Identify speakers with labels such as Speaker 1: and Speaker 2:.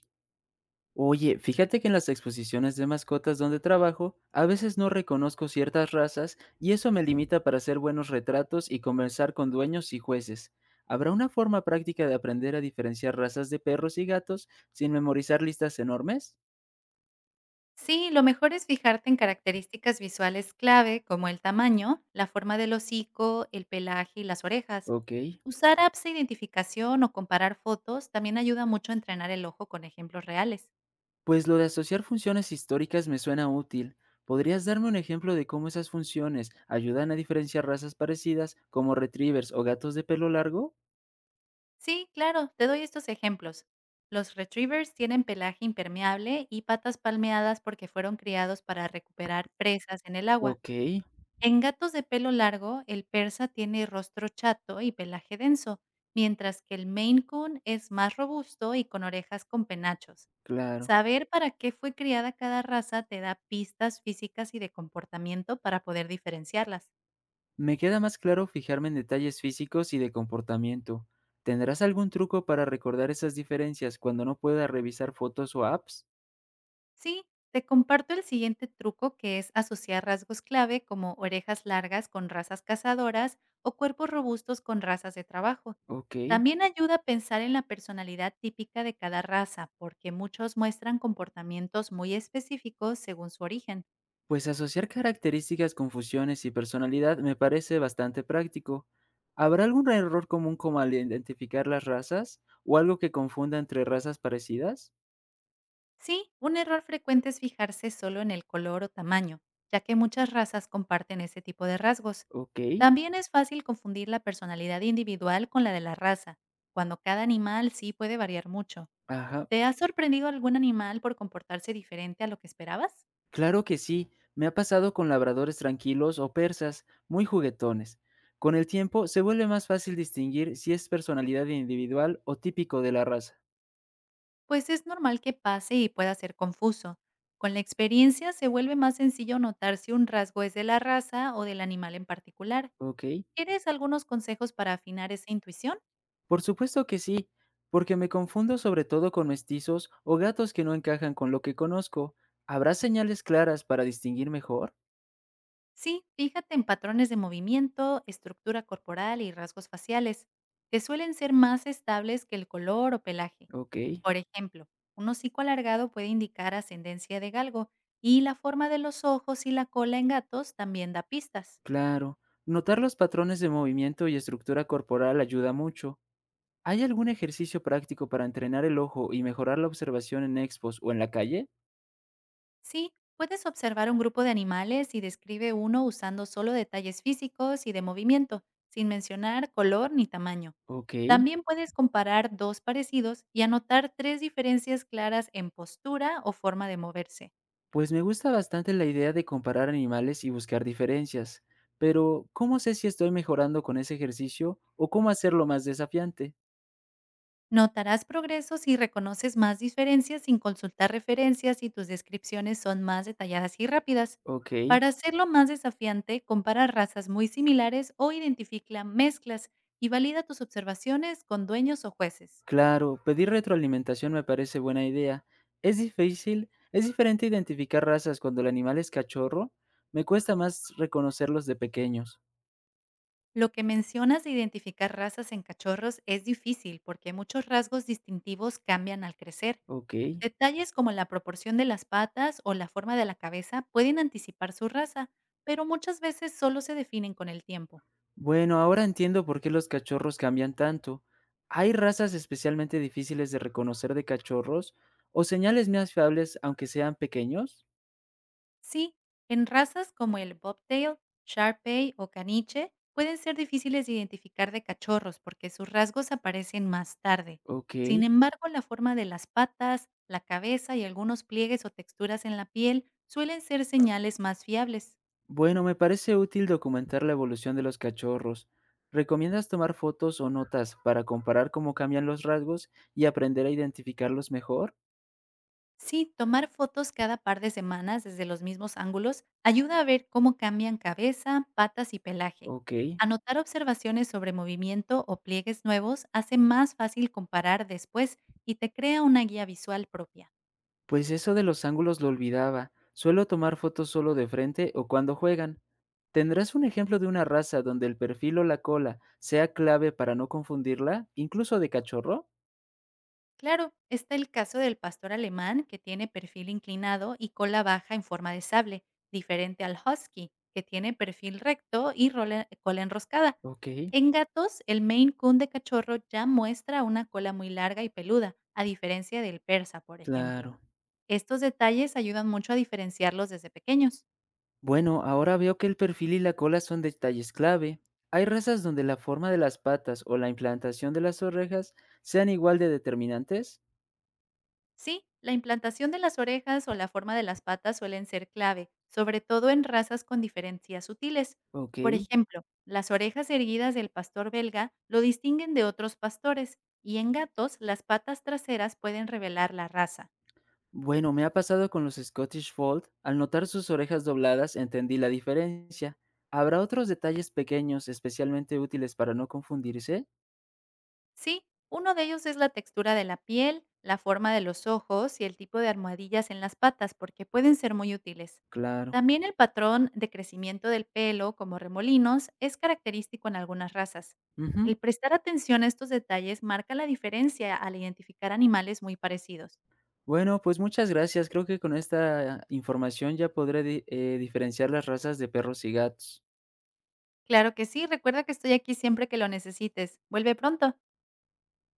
Speaker 1: Oye, fíjate que en las exposiciones de mascotas donde trabajo, a veces no reconozco ciertas razas y eso me limita para hacer buenos retratos y conversar con dueños y jueces. ¿Habrá una forma práctica de aprender a diferenciar razas de perros y gatos sin memorizar listas enormes?
Speaker 2: Sí, lo mejor es fijarte en características visuales clave como el tamaño, la forma del hocico, el pelaje y las orejas.
Speaker 1: Ok.
Speaker 2: Usar apps de identificación o comparar fotos también ayuda mucho a entrenar el ojo con ejemplos reales.
Speaker 1: Pues lo de asociar funciones históricas me suena útil. ¿Podrías darme un ejemplo de cómo esas funciones ayudan a diferenciar razas parecidas como retrievers o gatos de pelo largo?
Speaker 2: Sí, claro, te doy estos ejemplos. Los retrievers tienen pelaje impermeable y patas palmeadas porque fueron criados para recuperar presas en el agua.
Speaker 1: Ok,
Speaker 2: En gatos de pelo largo, el persa tiene rostro chato y pelaje denso, mientras que el Maine Coon es más robusto y con orejas con penachos.
Speaker 1: claro.
Speaker 2: Saber para qué fue criada cada raza te da pistas físicas y de comportamiento para poder diferenciarlas.
Speaker 1: Me queda más claro fijarme en detalles físicos y de comportamiento. ¿Tendrás algún truco para recordar esas diferencias cuando no pueda revisar fotos o apps?
Speaker 2: Sí, te comparto el siguiente truco que es asociar rasgos clave como orejas largas con razas cazadoras o cuerpos robustos con razas de trabajo.
Speaker 1: Ok,
Speaker 2: También ayuda a pensar en la personalidad típica de cada raza, porque muchos muestran comportamientos muy específicos según su origen.
Speaker 1: pues asociar características, confusiones y personalidad me parece bastante práctico. ¿Habrá algún error común como al identificar las razas o algo que confunda entre razas parecidas?
Speaker 2: Sí, un error frecuente es fijarse solo en el color o tamaño, ya que muchas razas comparten ese tipo de rasgos.
Speaker 1: Ok,
Speaker 2: También es fácil confundir la personalidad individual con la de la raza, cuando cada animal sí puede variar mucho.
Speaker 1: ajá.
Speaker 2: ¿Te ha sorprendido algún animal por comportarse diferente a lo que esperabas?
Speaker 1: Claro que sí, me ha pasado con labradores tranquilos o persas, muy juguetones. Con el tiempo se vuelve más fácil distinguir si es personalidad individual o típico de la raza.
Speaker 2: Pues es normal que pase y pueda ser confuso. Con la experiencia se vuelve más sencillo notar si un rasgo es de la raza o del animal en particular.
Speaker 1: ¿Ok?
Speaker 2: ¿Quieres algunos consejos para afinar esa intuición?
Speaker 1: Por supuesto que sí, porque me confundo sobre todo con mestizos o gatos que no encajan con lo que conozco. ¿Habrá señales claras para distinguir mejor?
Speaker 2: Sí, fíjate en patrones de movimiento, estructura corporal y rasgos faciales, que suelen ser más estables que el color o pelaje.
Speaker 1: Ok,
Speaker 2: Por ejemplo, un hocico alargado puede indicar ascendencia de galgo y la forma de los ojos y la cola en gatos también da pistas.
Speaker 1: claro. Notar los patrones de movimiento y estructura corporal ayuda mucho. ¿Hay algún ejercicio práctico para entrenar el ojo y mejorar la observación en expos o en la calle?
Speaker 2: Sí, puedes observar un grupo de animales y describe uno usando solo detalles físicos y de movimiento, sin mencionar color ni tamaño.
Speaker 1: Ok,
Speaker 2: También puedes comparar dos parecidos y anotar tres diferencias claras en postura o forma de moverse.
Speaker 1: pues me gusta bastante la idea de comparar animales y buscar diferencias, pero ¿cómo sé si estoy mejorando con ese ejercicio o cómo hacerlo más desafiante?
Speaker 2: Notarás progresos si reconoces más diferencias sin consultar referencias y tus descripciones son más detalladas y rápidas.
Speaker 1: Ok,
Speaker 2: Para hacerlo más desafiante, compara razas muy similares o identifica mezclas y valida tus observaciones con dueños o jueces.
Speaker 1: claro, pedir retroalimentación me parece buena idea. Es difícil, es diferente identificar razas cuando el animal es cachorro, me cuesta más reconocerlos de pequeños.
Speaker 2: Lo que mencionas de identificar razas en cachorros es difícil porque muchos rasgos distintivos cambian al crecer.
Speaker 1: Ok.
Speaker 2: Detalles como la proporción de las patas o la forma de la cabeza pueden anticipar su raza, pero muchas veces solo se definen con el tiempo.
Speaker 1: Bueno, ahora entiendo por qué los cachorros cambian tanto. ¿Hay razas especialmente difíciles de reconocer de cachorros o señales más fiables aunque sean pequeños?
Speaker 2: Sí, en razas como el bobtail, sharpei o caniche, pueden ser difíciles de identificar de cachorros porque sus rasgos aparecen más tarde.
Speaker 1: Ok.
Speaker 2: Sin embargo, la forma de las patas, la cabeza y algunos pliegues o texturas en la piel suelen ser señales más fiables.
Speaker 1: Bueno, me parece útil documentar la evolución de los cachorros. ¿Recomiendas tomar fotos o notas para comparar cómo cambian los rasgos y aprender a identificarlos mejor?
Speaker 2: Sí, tomar fotos cada par de semanas desde los mismos ángulos ayuda a ver cómo cambian cabeza, patas y pelaje.
Speaker 1: Ok.
Speaker 2: Anotar observaciones sobre movimiento o pliegues nuevos hace más fácil comparar después y te crea una guía visual propia.
Speaker 1: Pues eso de los ángulos lo olvidaba. Suelo tomar fotos solo de frente o cuando juegan. ¿Tendrás un ejemplo de una raza donde el perfil o la cola sea clave para no confundirla, incluso de cachorro?
Speaker 2: Claro, está el caso del pastor alemán que tiene perfil inclinado y cola baja en forma de sable, diferente al husky, que tiene perfil recto y cola enroscada.
Speaker 1: Ok,
Speaker 2: En gatos, el Maine Coon de cachorro ya muestra una cola muy larga y peluda, a diferencia del persa, por ejemplo.
Speaker 1: claro.
Speaker 2: Estos detalles ayudan mucho a diferenciarlos desde pequeños.
Speaker 1: Bueno, ahora veo que el perfil y la cola son detalles clave. Hay razas donde la forma de las patas o la implantación de las orejas sean igual de determinantes.
Speaker 2: Sí, la implantación de las orejas o la forma de las patas suelen ser clave, sobre todo en razas con diferencias sutiles.
Speaker 1: Ok.
Speaker 2: Por ejemplo, las orejas erguidas del pastor belga lo distinguen de otros pastores y en gatos las patas traseras pueden revelar la raza.
Speaker 1: Bueno, me ha pasado con los Scottish Fold. Al notar sus orejas dobladas, entendí la diferencia. ¿Habrá otros detalles pequeños especialmente útiles para no confundirse?
Speaker 2: Sí, uno de ellos es la textura de la piel, la forma de los ojos y el tipo de almohadillas en las patas, porque pueden ser muy útiles.
Speaker 1: Claro.
Speaker 2: También el patrón de crecimiento del pelo, como remolinos, es característico en algunas razas.
Speaker 1: Ujú.
Speaker 2: El prestar atención a estos detalles marca la diferencia al identificar animales muy parecidos.
Speaker 1: Bueno, pues muchas gracias. Creo que con esta información ya podré diferenciar las razas de perros y gatos.
Speaker 2: Claro que sí, recuerda que estoy aquí siempre que lo necesites. Vuelve pronto.